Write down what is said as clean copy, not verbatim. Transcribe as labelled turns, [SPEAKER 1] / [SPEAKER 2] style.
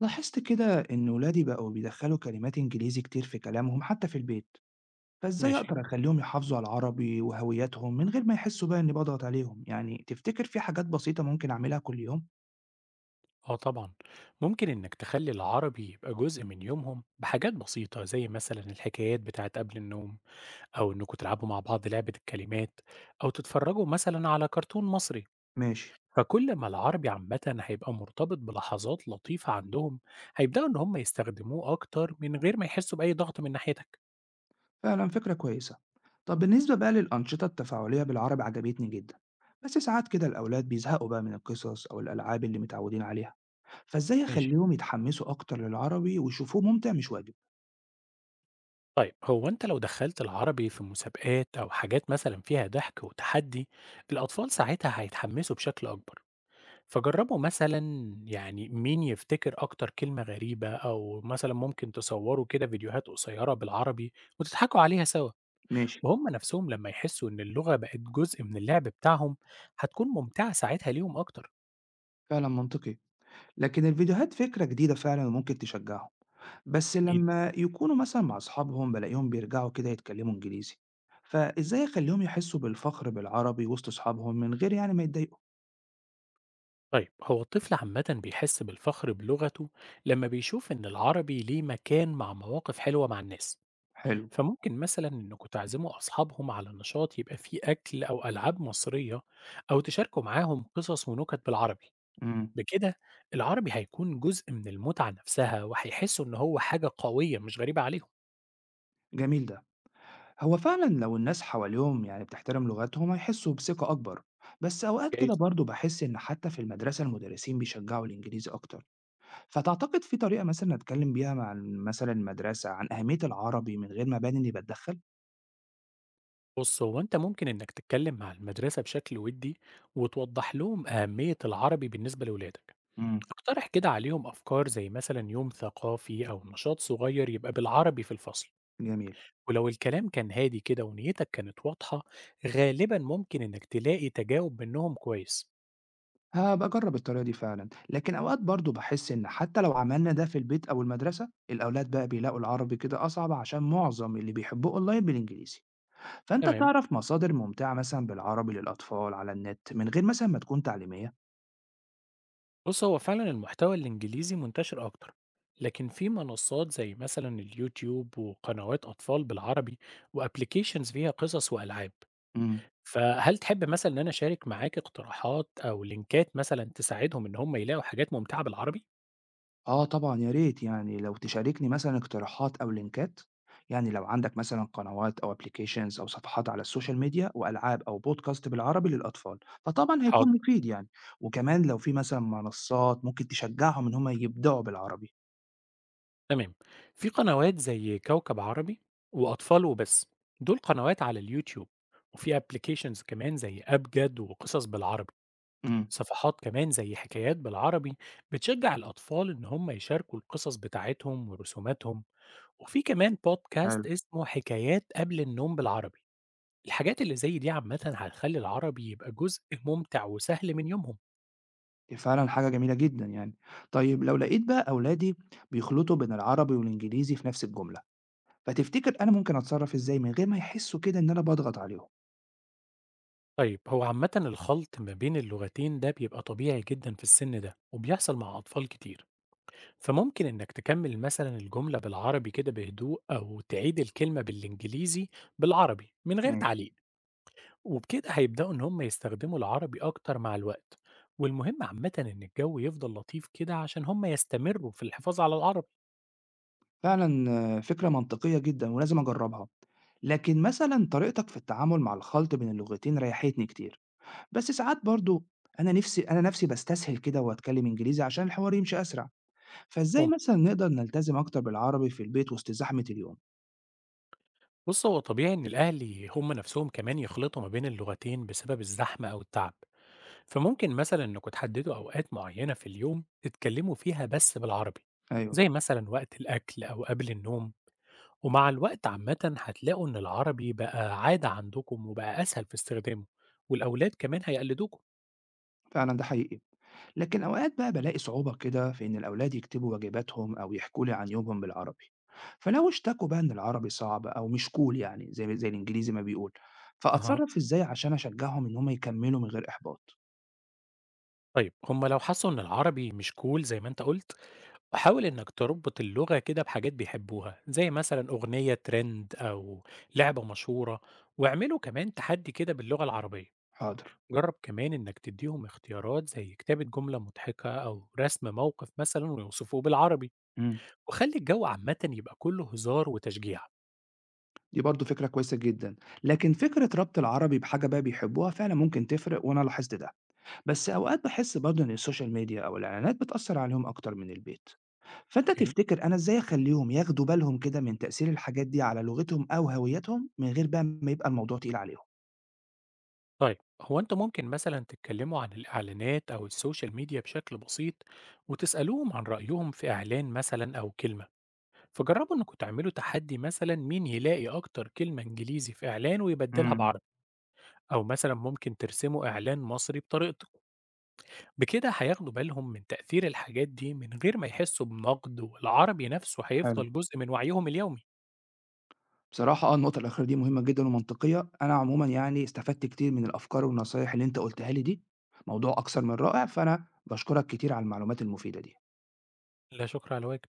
[SPEAKER 1] لاحظت كده إن ولادي بقوا بيدخلوا كلمات إنجليزي كتير في كلامهم حتى في البيت. فإزاي
[SPEAKER 2] ماشي.
[SPEAKER 1] أقدر أخليهم يحافظوا على العربي وهويتهم من غير ما يحسوا بقى إني بضغط عليهم؟ يعني تفتكر في حاجات بسيطة ممكن أعملها كل يوم؟
[SPEAKER 2] اه طبعا، ممكن انك تخلي العربي يبقى جزء من يومهم بحاجات بسيطة زي مثلا الحكايات بتاعت قبل النوم، او انكم تلعبوا مع بعض لعبة الكلمات، او تتفرجوا مثلا على كرتون مصري.
[SPEAKER 1] ماشي.
[SPEAKER 2] فكل ما العربي عامة هيبقى مرتبط بلحظات لطيفة عندهم، هيبدأوا ان هم يستخدموه اكتر من غير ما يحسوا بأي ضغط من ناحيتك.
[SPEAKER 1] فعلا، فكرة كويسة. طب بالنسبة بقى للأنشطة التفاعلية بالعربي عجبتني جدا، بس ساعات كده الأولاد بيزهقوا بقى من القصص أو الألعاب اللي متعودين عليها. فإزاي
[SPEAKER 2] ماشي.
[SPEAKER 1] أخليهم يتحمسوا أكتر للعربي ويشوفوه ممتع مش واجب؟
[SPEAKER 2] طيب هو انت لو دخلت العربي في مسابقات او حاجات مثلا فيها ضحك وتحدي، الاطفال ساعتها هيتحمسوا بشكل اكبر. فجرّبوا مثلًا، يعني مين يفتكر أكتر كلمة غريبة، أو مثلًا ممكن تصوّروا كده فيديوهات قصيّرة بالعربي وتضحكوا عليها سوا،
[SPEAKER 1] ماشي.
[SPEAKER 2] وهُم نَفْسهم لمّا يحسّوا إن اللغة بقت جزء من اللعب بتاعهم، هتكون ممتعة ساعتها ليهم أكتر.
[SPEAKER 1] فعلا، منطقي. لكن الفيديوهات فكرة جديدة فعلا وممكن تشجعهم. بس
[SPEAKER 2] أكيد.
[SPEAKER 1] لما يكونوا مثلا مع أصحابهم بلاقيهم بيرجعوا كده يتكلموا إنجليزي. فإزاي أخليهم يحسوا بالفخر بالعربي وسط أصحابهم من غير يعني ما يتضايقوا؟
[SPEAKER 2] طيب هو الطفل عامةً بيحس بالفخر بلغته لمّا بيشوف إن العربي ليه مكان مع مواقف حلوة مع الناس،
[SPEAKER 1] حلو.
[SPEAKER 2] فممكن مثلًا إنّكم تعزموا أصحابهم على نشاط يبقى فيه أكل أو ألعاب مصرية، أو تشاركوا معاهم قصص ونكت بالعربي.
[SPEAKER 1] امم.
[SPEAKER 2] بكده العربي هيكون جزء من المتعة نفسها وهيحسوا إن هو حاجة قوية مش غريبة عليهم.
[SPEAKER 1] جميل ده. هو فعلا لو الناس حواليهم يعني بتحترم لغتهم هيحسوا بثقة أكبر. بس أوقات كده
[SPEAKER 2] جايز.
[SPEAKER 1] برضو بحس إن حتى في المدرسة المدرسين بيشجعوا الإنجليزي أكتر. فتعتقد في طريقة مثلا أتكلم بيها مع مثلا المدرسة عن أهمية العربي من غير ما أبان إني بتدخل؟
[SPEAKER 2] بص هو أنت ممكن إنك تتكلم مع المدرسة بشكل ودي وتوضح لهم أهمية العربي بالنسبة لولادك.
[SPEAKER 1] امم.
[SPEAKER 2] اقترح كده عليهم أفكار زي مثلا يوم ثقافي أو نشاط صغير يبقى بالعربي في الفصل.
[SPEAKER 1] جميل.
[SPEAKER 2] ولو الكلام كان هادي كده ونيتك كانت واضحة، غالبا ممكن إنك تلاقي تجاوب منهم كويس.
[SPEAKER 1] هابقى أجرّب الطريقة دي فعلًا، لكن أوقات برضه باحس إن حتى لو عملنا ده في البيت أو المدرسة، الأولاد بقى بيلاقوا العربي كده أصعب عشان معظم اللي بيحبوه أونلاين بالإنجليزي. فأنت
[SPEAKER 2] تمام.
[SPEAKER 1] تعرف مصادر ممتعة مثلًا بالعربي للأطفال على النت من غير مثلًا ما تكون تعليمية؟
[SPEAKER 2] بص هو فعلا المحتوى الإنجليزي منتشر أكتر، لكن في منصات زي مثلا اليوتيوب وقنوات أطفال بالعربي، وأبليكيشنز فيها قصص وألعاب.
[SPEAKER 1] إمم.
[SPEAKER 2] فهل تحب مثلا إن أنا أشارك معاك اقتراحات أو لينكات مثلا تساعدهم إن هم يلاقوا حاجات ممتعة بالعربي؟
[SPEAKER 1] آه طبعًا، يا ريت، يعني لو تشاركني مثلًا اقتراحات أو لينكات. يعني لو عندك مثلًا قنوات أو applications أو صفحات على السوشيال ميديا وألعاب أو podcast بالعربي للأطفال، فطبعًا هيكون
[SPEAKER 2] حاضر.
[SPEAKER 1] مفيد يعني. وكمان لو في مثلًا منصات ممكن تشجعهم إن هم يبدعوا بالعربي.
[SPEAKER 2] تمام. في قنوات زي كوكب عربي وأطفال وبس، دول قنوات على اليوتيوب. وفي أبليكيشنز كمان زي أبجد وقصص بالعربي.
[SPEAKER 1] إمم.
[SPEAKER 2] صفحات كمان زي حكايات بالعربي، بتشجع الأطفال إن هم يشاركوا القصص بتاعتهم ورسوماتهم. وفي كمان بودكاست
[SPEAKER 1] حلو،
[SPEAKER 2] اسمه حكايات قبل النوم بالعربي. الحاجات اللي زي دي عامة هتخلي العربي يبقى جزء ممتع وسهل من يومهم.
[SPEAKER 1] دي فعلًا حاجة جميلة جدًا يعني. طيب لو لقيت بقى أولادي بيخلطوا بين العربي والإنجليزي في نفس الجملة، فتفتكر أنا ممكن أتصرف إزاي من غير ما يحسوا كده إن أنا باضغط عليهم؟
[SPEAKER 2] طيب هو عامة الخلط ما بين اللغتين ده بيبقى طبيعي جدا في السن ده وبيحصل مع أطفال كتير. فممكن إنك تكمل مثلا الجملة بالعربي كده بهدوء أو تعيد الكلمة بالإنجليزي بالعربي من غير
[SPEAKER 1] ماشي.
[SPEAKER 2] تعليق. وبكده هيبدأوا إن هم يستخدموا العربي أكتر مع الوقت. والمهم عامة إن الجو يفضل لطيف كده عشان هم يستمروا في الحفاظ على العربي.
[SPEAKER 1] فعلًا. آه، فكرة منطقية جدًا ولازم أجرّبها، لكن مثلًا طريقتك في التعامل مع الخلط بين اللغتين ريحتني كتير. بس ساعات برضه أنا نفسي باستسهل كده وأتكلم إنجليزي عشان الحوار يمشي أسرع. فإزاي
[SPEAKER 2] هم
[SPEAKER 1] مثلًا نقدر نلتزم أكتر بالعربي في البيت وسط زحمة اليوم؟
[SPEAKER 2] بص هو طبيعي إن الأهل هم نفسهم كمان يخلطوا ما بين اللغتين بسبب الزحمة أو التعب. فممكن مثلا إنكم تحددوا أوقات معينة في اليوم تتكلموا فيها بس بالعربي،
[SPEAKER 1] أيوه.
[SPEAKER 2] زي مثلا وقت الأكل أو قبل النوم. ومع الوقت عامة هتلاقوا إن العربي بقى عادة عندكم وبقى أسهل في استخدامه، والأولاد كمان هيقلدوكم.
[SPEAKER 1] فعلًا ده حقيقي. لكن أوقات بقى بلاقي صعوبة كده في إن الأولاد يكتبوا واجباتهم أو يحكوا لي عن يومهم بالعربي. فلو اشتكوا بقى إن العربي صعب أو مش كول، يعني زي الإنجليزي ما بيقول،
[SPEAKER 2] أها.
[SPEAKER 1] فأتصرف إزاي عشان أشجعهم إن هم يكملوا من غير إحباط؟
[SPEAKER 2] طيب هم لو حسوا ان العربي مش كول زي ما انت قلت، وحاول انك تربط اللغة كده بحاجات بيحبوها زي مثلا اغنية ترند او لعبة مشهورة، واعملوا كمان تحدي كده باللغة العربية.
[SPEAKER 1] حاضر.
[SPEAKER 2] جرب كمان انك تديهم اختيارات زي كتابة جملة مضحكة او رسم موقف مثلا ويوصفوه بالعربي.
[SPEAKER 1] مم.
[SPEAKER 2] وخلي الجو عامة يبقى كله هزار وتشجيع.
[SPEAKER 1] دي برضو فكرة كويسة جدا. لكن فكرة ربط العربي بحاجة بقى بيحبوها فعلا ممكن تفرق وأنا لاحظت ده. بس أوقات باحس برضه إن السوشيال ميديا أو الإعلانات بتأثّر عليهم أكتر من البيت. فأنت
[SPEAKER 2] اوكي.
[SPEAKER 1] تفتكر أنا إزاي أخلّيهم ياخدوا بالهم كده من تأثير الحاجات دي على لغتهم أو هويتهم من غير بقى ما يبقى الموضوع تقيل عليهم؟
[SPEAKER 2] طيب هو انتوا ممكن مثلا تتكلموا عن الاعلانات او السوشيال ميديا بشكل بسيط، وتسألوهم عن رأيهم في اعلان مثلا او كلمة. فجربوا انكم تعملوا تحدي مثلا مين يلاقي اكتر كلمة انجليزي في اعلان ويبدلها
[SPEAKER 1] إمم،
[SPEAKER 2] بعربي، او مثلا ممكن ترسموا اعلان مصري بطريقتكم. بكده هياخدوا بالهم من تأثير الحاجات دي من غير ما يحسوا بنقد، والعربي نفسه
[SPEAKER 1] حلو.
[SPEAKER 2] هيفضل جزء من وعيهم اليومي.
[SPEAKER 1] بصراحة آه، النقطة الأخيرة دي مهمة جدًا ومنطقية. أنا عمومًا يعني استفدت كتير من الأفكار والنصايح اللي أنت قُلتها لي دي، موضوع أكثر من رائع، فأنا باشكرك كتير على المعلومات المفيدة دي.
[SPEAKER 2] لا شكر على واجب.